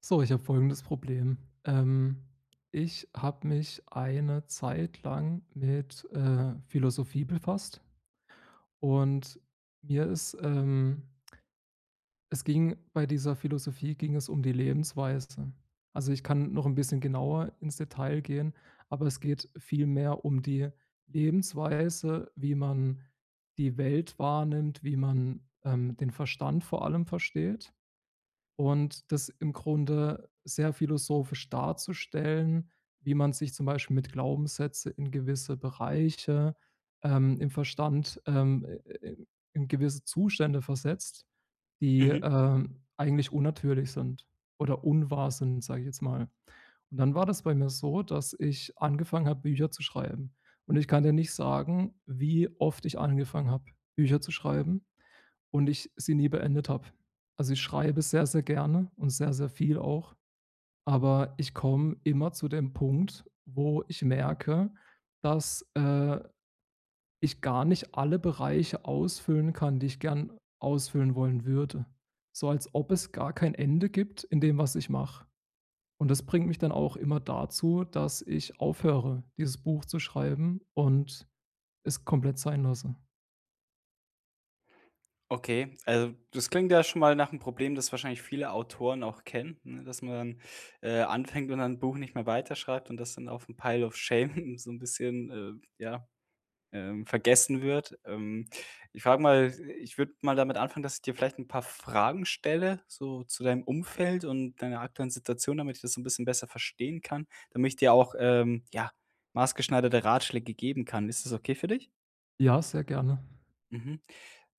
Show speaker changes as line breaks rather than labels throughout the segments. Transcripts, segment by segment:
So, ich habe folgendes Problem. Ähm, Ich habe mich eine Zeit lang mit Philosophie befasst und mir ist, ähm, es ging bei dieser Philosophie ging es um die Lebensweise. Also ich kann noch ein bisschen genauer ins Detail gehen, aber es geht vielmehr um die Lebensweise, wie man die Welt wahrnimmt, wie man den Verstand vor allem versteht und das im Grunde sehr philosophisch darzustellen, wie man sich zum Beispiel mit Glaubenssätze in gewisse Bereiche, ähm, im Verstand, ähm, äh, äh, in gewisse Zustände versetzt, die,
Mhm.
ähm, eigentlich unnatürlich sind oder unwahr sind, sage ich jetzt mal. Und dann war das bei mir so, dass ich angefangen habe, Bücher zu schreiben. Und ich kann dir nicht sagen, wie oft ich angefangen habe, Bücher zu schreiben. Und ich sie nie beendet habe. Also, ich schreibe sehr, sehr gerne und sehr, sehr viel auch, aber ich komme immer zu dem Punkt, wo ich merke, dass ich gar nicht alle Bereiche ausfüllen kann, die ich gern ausfüllen wollen würde. So als ob es gar kein Ende gibt in dem, was ich mache. Und das bringt mich dann auch immer dazu, dass ich aufhöre, dieses Buch zu schreiben und es komplett sein lasse.
Okay, also das klingt ja schon mal nach 'nem Problem, das wahrscheinlich viele Autoren auch kennen, ne, dass man dann, anfängt und dann 'n Buch nicht mehr weiterschreibt und das dann auf 'n Pile of Shame so 'n bisschen, ja, vergessen wird. Ich frage mal Ich würde mal damit anfangen, dass ich dir vielleicht 'n paar Fragen stelle, so zu deinem Umfeld und deiner aktuellen Situation, damit ich das so 'n bisschen besser verstehen kann, damit ich dir auch, ja, maßgeschneiderte Ratschläge geben kann. Ist das okay für dich?
Ja, sehr gerne.
Mhm.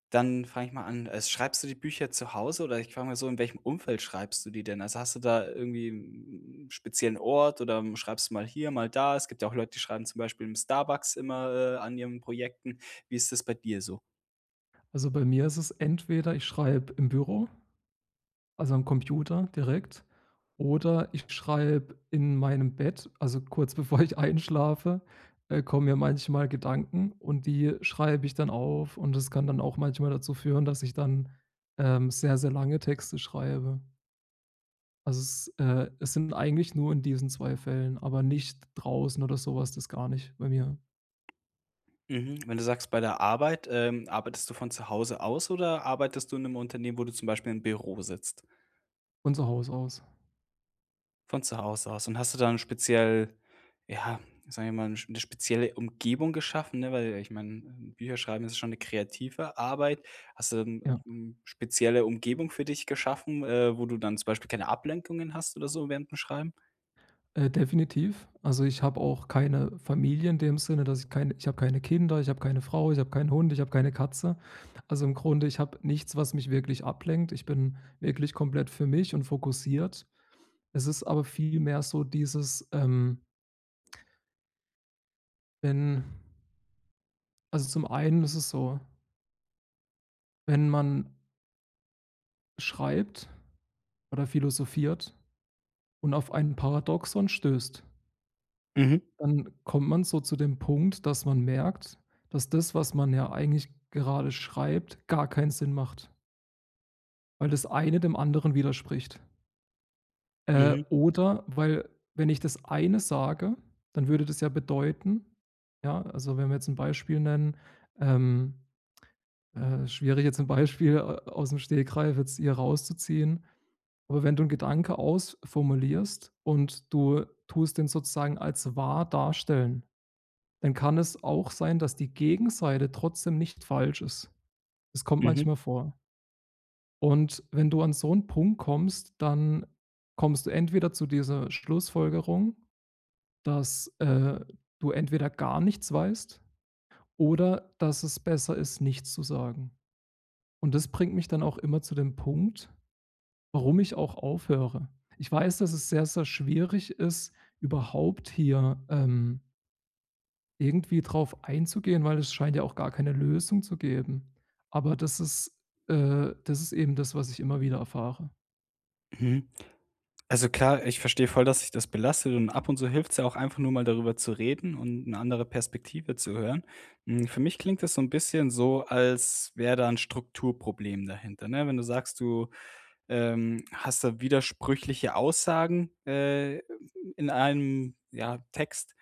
Dann fange ich mal an. Äh, schreibst du die Bücher zu Hause oder ich frage mal so, in welchem Umfeld schreibst du die denn? Also, hast du da irgendwie einen speziellen Ort oder schreibst du mal hier, mal da? Es gibt ja auch Leute, die schreiben zum Beispiel im Starbucks immer, an ihren Projekten. Wie ist das bei dir so?
Also bei mir ist es entweder, ich schreibe im Büro, also am Computer direkt, oder ich schreibe in meinem Bett, also kurz bevor ich einschlafe, kommen mir manchmal Gedanken und die schreibe ich dann auf, und das kann dann auch manchmal dazu führen, dass ich dann sehr, sehr lange Texte schreibe. Also es sind eigentlich nur in diesen 2 Fällen, aber nicht draußen oder sowas, das gar nicht bei mir,
Mhm. Wenn du sagst, bei der Arbeit, arbeitest du von zu Hause aus oder arbeitest du in einem Unternehmen, wo du zum Beispiel im Büro sitzt?
von zu Hause aus,
Von zu Hause aus. Und hast du dann speziell, ja, sagen wir mal, 'n 'ne spezielle Umgebung geschaffen, ne? Weil ich meine, Bücher schreiben ist schon 'ne kreative Arbeit. Hast du
ja.
spezielle Umgebung für dich geschaffen, wo du dann zum Beispiel keine Ablenkungen hast oder so während dem Schreiben?
Definitiv. Also, ich habe auch keine Familie in dem Sinne, dass ich keine Kinder, ich habe keine Frau, ich habe keinen Hund, ich habe keine Katze. Also, im Grunde, ich habe nichts, was mich wirklich ablenkt. Ich bin wirklich komplett für mich und fokussiert. Es ist aber vielmehr so dieses, wenn also, zum einen ist es so, wenn man schreibt oder philosophiert und auf ein Paradoxon stößt.
Mhm.
Dann kommt man so zu dem Punkt, dass man merkt, dass das, was man ja eigentlich gerade schreibt, gar keinen Sinn macht, weil das eine dem anderen widerspricht.
Mhm.
Oder weil, wenn ich das eine sage, dann würde das ja bedeuten, ja, also wenn wir jetzt ein Beispiel nennen, ähm, schwierig jetzt ein Beispiel aus dem Stegreif jetzt hier rauszuziehen, aber wenn du einen Gedanke ausformulierst und du tust den sozusagen als wahr darstellen, dann kann es auch sein, dass die Gegenseite trotzdem nicht falsch ist. Das kommt
Mhm.
manchmal vor. Und wenn du an so einen Punkt kommst, dann kommst du entweder zu dieser Schlussfolgerung, dass du entweder gar nichts weißt oder dass es besser ist, nichts zu sagen. Und das bringt mich dann auch immer zu dem Punkt, warum ich auch aufhöre. Ich weiß, dass es sehr, sehr schwierig ist, überhaupt hier, irgendwie drauf einzugehen, weil es scheint ja auch gar keine Lösung zu geben. Aber das ist eben das, was ich immer wieder erfahre.
Mhm. Also klar, ich verstehe voll, dass sich das belastet und ab und zu hilft es ja auch einfach nur mal darüber zu reden und eine andere Perspektive zu hören. Hm, für mich klingt das so ein bisschen so, als wäre da ein Strukturproblem dahinter, ne? Wenn du sagst, du hast da widersprüchliche Aussagen, in einem, ja, Text,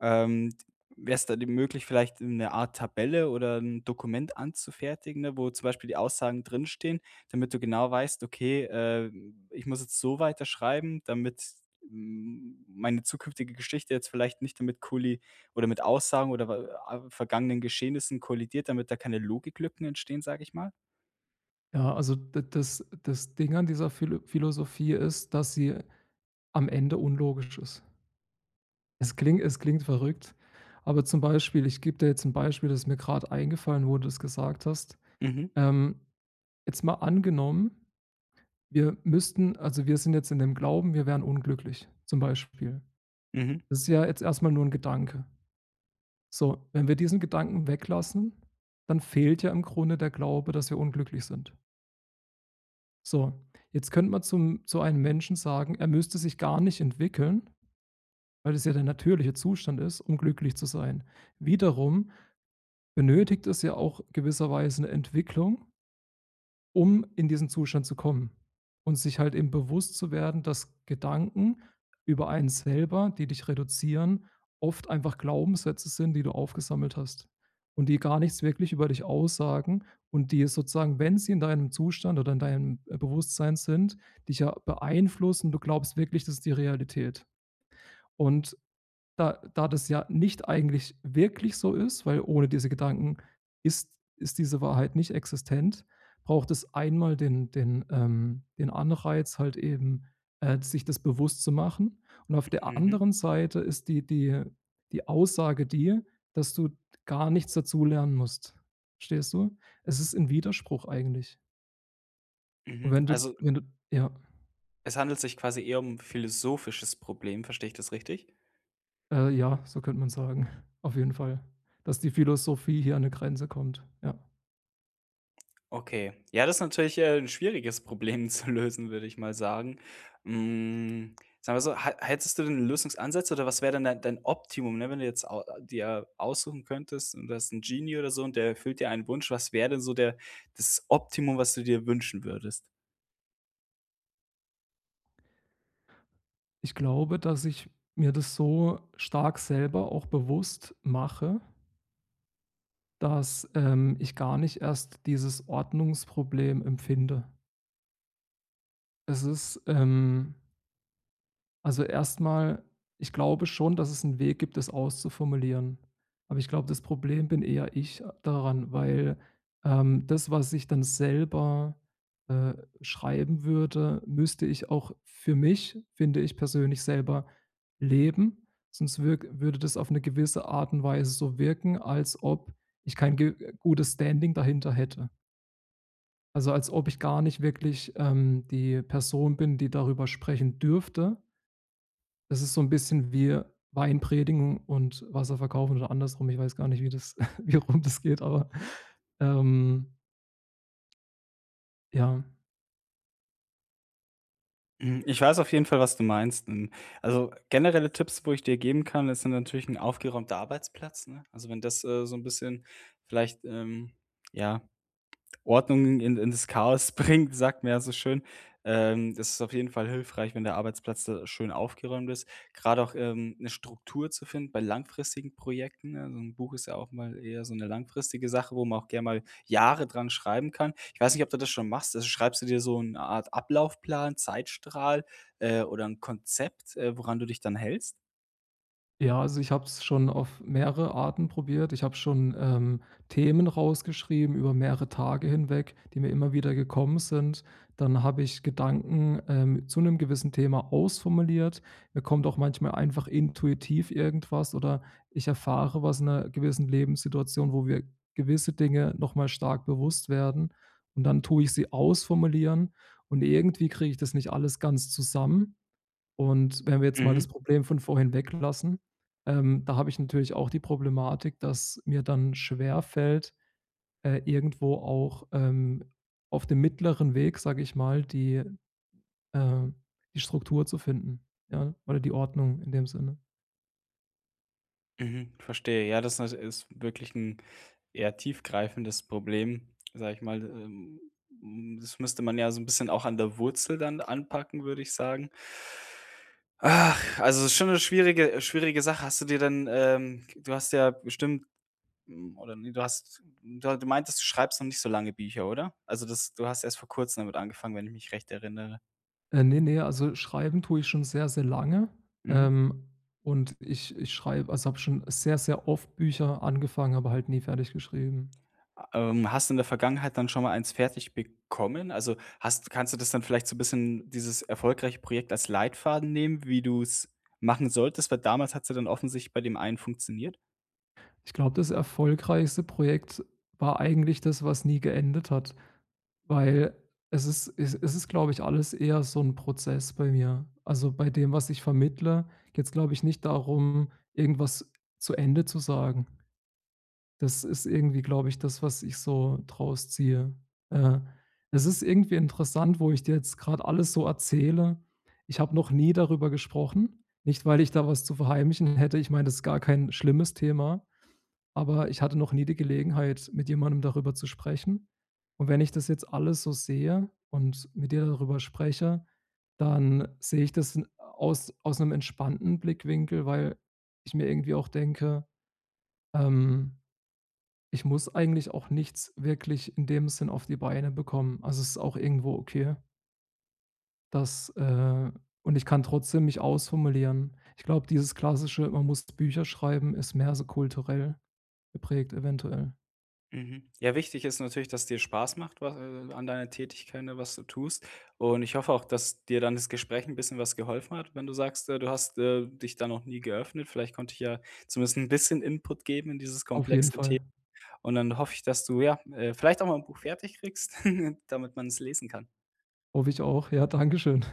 ähm, wäre es da dir möglich, vielleicht eine Art Tabelle oder ein Dokument anzufertigen, ne, wo zum Beispiel die Aussagen drinstehen, damit du genau weißt: „Okay, ich muss jetzt so weiterschreiben, damit, hm, meine zukünftige Geschichte jetzt vielleicht nicht damit kolli oder mit Aussagen oder wa vergangenen Geschehnissen kollidiert, damit da keine Logiklücken entstehen“, sage ich mal?
Ja, also d das das Ding an dieser Philosophie ist, dass sie am Ende unlogisch ist. Es klingt verrückt, aber zum Beispiel ich gebe dir jetzt ein Beispiel, das mir gerade eingefallen, wo du's gesagt hast.
Mhm,
Ähm, Jetzt mal angenommen, wir sind jetzt in dem Glauben, wir wären unglücklich, zum Beispiel.
mhm,
Das ist ja jetzt erst mal nur ein Gedanke. So, wenn wir diesen Gedanken weglassen, dann fehlt ja im Grunde der Glaube, dass wir unglücklich sind. So, jetzt könnte man zum zu einem Menschen sagen, er müsste sich gar nicht entwickeln, weil es ja der natürliche Zustand ist, um glücklich zu sein. Wiederum benötigt es ja auch gewisserweise eine Entwicklung, um in diesen Zustand zu kommen und sich halt eben bewusst zu werden, dass Gedanken über einen selber, die dich reduzieren, oft einfach Glaubenssätze sind, die du aufgesammelt hast und die gar nichts wirklich über dich aussagen und die sozusagen, wenn sie in deinem Zustand oder in deinem Bewusstsein sind, dich ja beeinflussen. Du glaubst wirklich, das ist die Realität. Und da das ja nicht eigentlich wirklich so ist, weil ohne diese Gedanken ist diese Wahrheit nicht existent, braucht es einmal den Anreiz halt eben, sich das bewusst zu machen. Und auf der
mhm,
anderen Seite ist die Aussage die, dass du gar nichts dazu lernen musst. Verstehst du? Es ist 'n Widerspruch eigentlich. Und
mhm.
wenn du
Also,
wenn du ja,
es handelt sich quasi eher um ein philosophisches Problem, verstehe ich das richtig?
ja, so könnte man sagen, auf jeden Fall, dass die Philosophie hier an eine Grenze kommt, ja.
Okay. Ja, das ist natürlich, 'n schwieriges Problem zu lösen, würde ich mal sagen. Hm, sagen wir so, hä hättest du denn Lösungsansätze oder was wäre denn dein Optimum, ne, wenn du jetzt au dir aussuchen könntest und das hast 'n Genie oder so und der erfüllt dir einen Wunsch, was wäre denn so der das Optimum, was du dir wünschen würdest?
Ich glaube, dass ich mir das so stark selber auch bewusst mache, dass ich gar nicht erst dieses Ordnungsproblem empfinde. Es ist, ähm Also, erstmal, ich glaube schon, dass es einen Weg gibt, das auszuformulieren. Aber ich glaube, das Problem bin eher ich daran, weil, das, was ich dann selber, äh, schreiben würde, müsste ich auch für mich, finde ich persönlich, selber leben. Sonst wirk würde das auf eine gewisse Art und Weise so wirken, als ob ich kein ge gutes Standing dahinter hätte. Also, als ob ich gar nicht wirklich, die Person bin, die darüber sprechen dürfte. Das ist so 'n bisschen wie Wein predigen und Wasser verkaufen oder andersrum. Ich weiß gar nicht, wie das wie rum das geht, aber, ähm, ja.
Hm, ich weiß auf jeden Fall, was du meinst. Hm, also, generelle Tipps, wo ich dir geben kann, ist dann natürlich ein aufgeräumter Arbeitsplatz, ne? Also, wenn das, so ein bisschen vielleicht, ja Ordnung in das Chaos bringt, sagt man ja so schön. Das ist auf jeden Fall hilfreich, wenn der Arbeitsplatz da schön aufgeräumt ist. Gerade auch, 'ne Struktur zu finden bei langfristigen Projekten, ne? So 'n Buch ist ja auch mal eher so eine langfristige Sache, wo man auch gerne mal Jahre dran schreiben kann. Ich weiß nicht, ob du das schon machst. Also, schreibst du dir so eine Art Ablaufplan, Zeitstrahl, oder ein Konzept, woran du dich dann hältst?
Ja, also ich habe es schon auf mehrere Arten probiert. Ich habe schon, Themen rausgeschrieben über mehrere Tage hinweg, die mir immer wieder gekommen sind. Dann habe ich Gedanken zu einem gewissen Thema ausformuliert. Mir kommt auch manchmal einfach intuitiv irgendwas, oder ich erfahre was in einer gewissen Lebenssituation, wo mir gewisse Dinge noch mal stark bewusst werden, und dann tue ich sie ausformulieren und irgendwie kriege ich das nicht alles ganz zusammen. Und wenn wir jetzt mal
Mhm.
das Problem von vorhin weglassen, da habe ich natürlich auch die Problematik, dass mir dann schwerfällt, irgendwo auch, auf dem mittleren Weg, sage ich mal, äh die Struktur zu finden, ja, oder die Ordnung in dem Sinne.
Mhm, verstehe. Ja, das ist wirklich ein eher tiefgreifendes Problem, sage ich mal. Hm, das müsste man ja so ein bisschen auch an der Wurzel dann anpacken, würde ich sagen. Ach, also, es ist schon eine schwierige Sache. Hast du dir dann Du hast ja bestimmt, hm, oder ne, du meintest, du schreibst noch nicht so lange Bücher, oder? Also, das du hast erst vor Kurzem damit angefangen, wenn ich mich recht erinnere.
Ne, ne, also schreiben tue ich schon sehr, sehr lange,
Mhm.
ähm, und ich ich schreibe also habe schon sehr, sehr oft Bücher angefangen, aber halt nie fertig geschrieben.
Hast du in der Vergangenheit dann schon mal eins fertig bekommen? Also, hast kannst du das dann vielleicht so ein bisschen dieses erfolgreiche Projekt als Leitfaden nehmen, wie du es machen solltest? Weil damals hat's ja dann offensichtlich bei dem einen funktioniert.
Ich glaube, das erfolgreichste Projekt war eigentlich das, was nie geendet hat, weil es ist, glaube ich, alles eher so ein Prozess bei mir. Also, bei dem, was ich vermittle, geht es, glaube ich, nicht darum, irgendwas zu Ende zu sagen. Das ist irgendwie, glaube ich, das, was ich so draus ziehe. Äh, Es ist irgendwie interessant, wo ich dir jetzt gerade alles so erzähle. Ich habe noch nie darüber gesprochen, nicht weil ich da was zu verheimlichen hätte. Ich meine, das ist gar kein schlimmes Thema, aber ich hatte noch nie die Gelegenheit, mit jemandem darüber zu sprechen. Und wenn ich das jetzt alles so sehe und mit dir darüber spreche, dann sehe ich das 'n aus aus einem entspannten Blickwinkel, weil ich mir irgendwie auch denke, ähm, ich muss eigentlich auch nichts wirklich in dem Sinn auf die Beine bekommen. Also, es ist auch irgendwo okay, dass und ich kann trotzdem mich ausformulieren. Ich glaube, dieses klassische, man muss Bücher schreiben, ist mehr so kulturell geprägt eventuell.
Mhm. Ja, wichtig ist natürlich, dass dir Spaß macht, wa an deiner Tätigkeit, ne, was du tust. Und ich hoffe auch, dass dir dann das Gespräch ein bisschen was geholfen hat, wenn du sagst, du hast, dich da noch nie geöffnet. Vielleicht konnte ich ja zumindest ein bisschen Input geben in dieses
Auf jeden
komplexe Thema.
Fall.
Und dann hoffe ich, dass du, ja, vielleicht auch mal ein Buch fertig kriegst, damit man es lesen kann.
Hoffe ich auch. Ja, danke schön.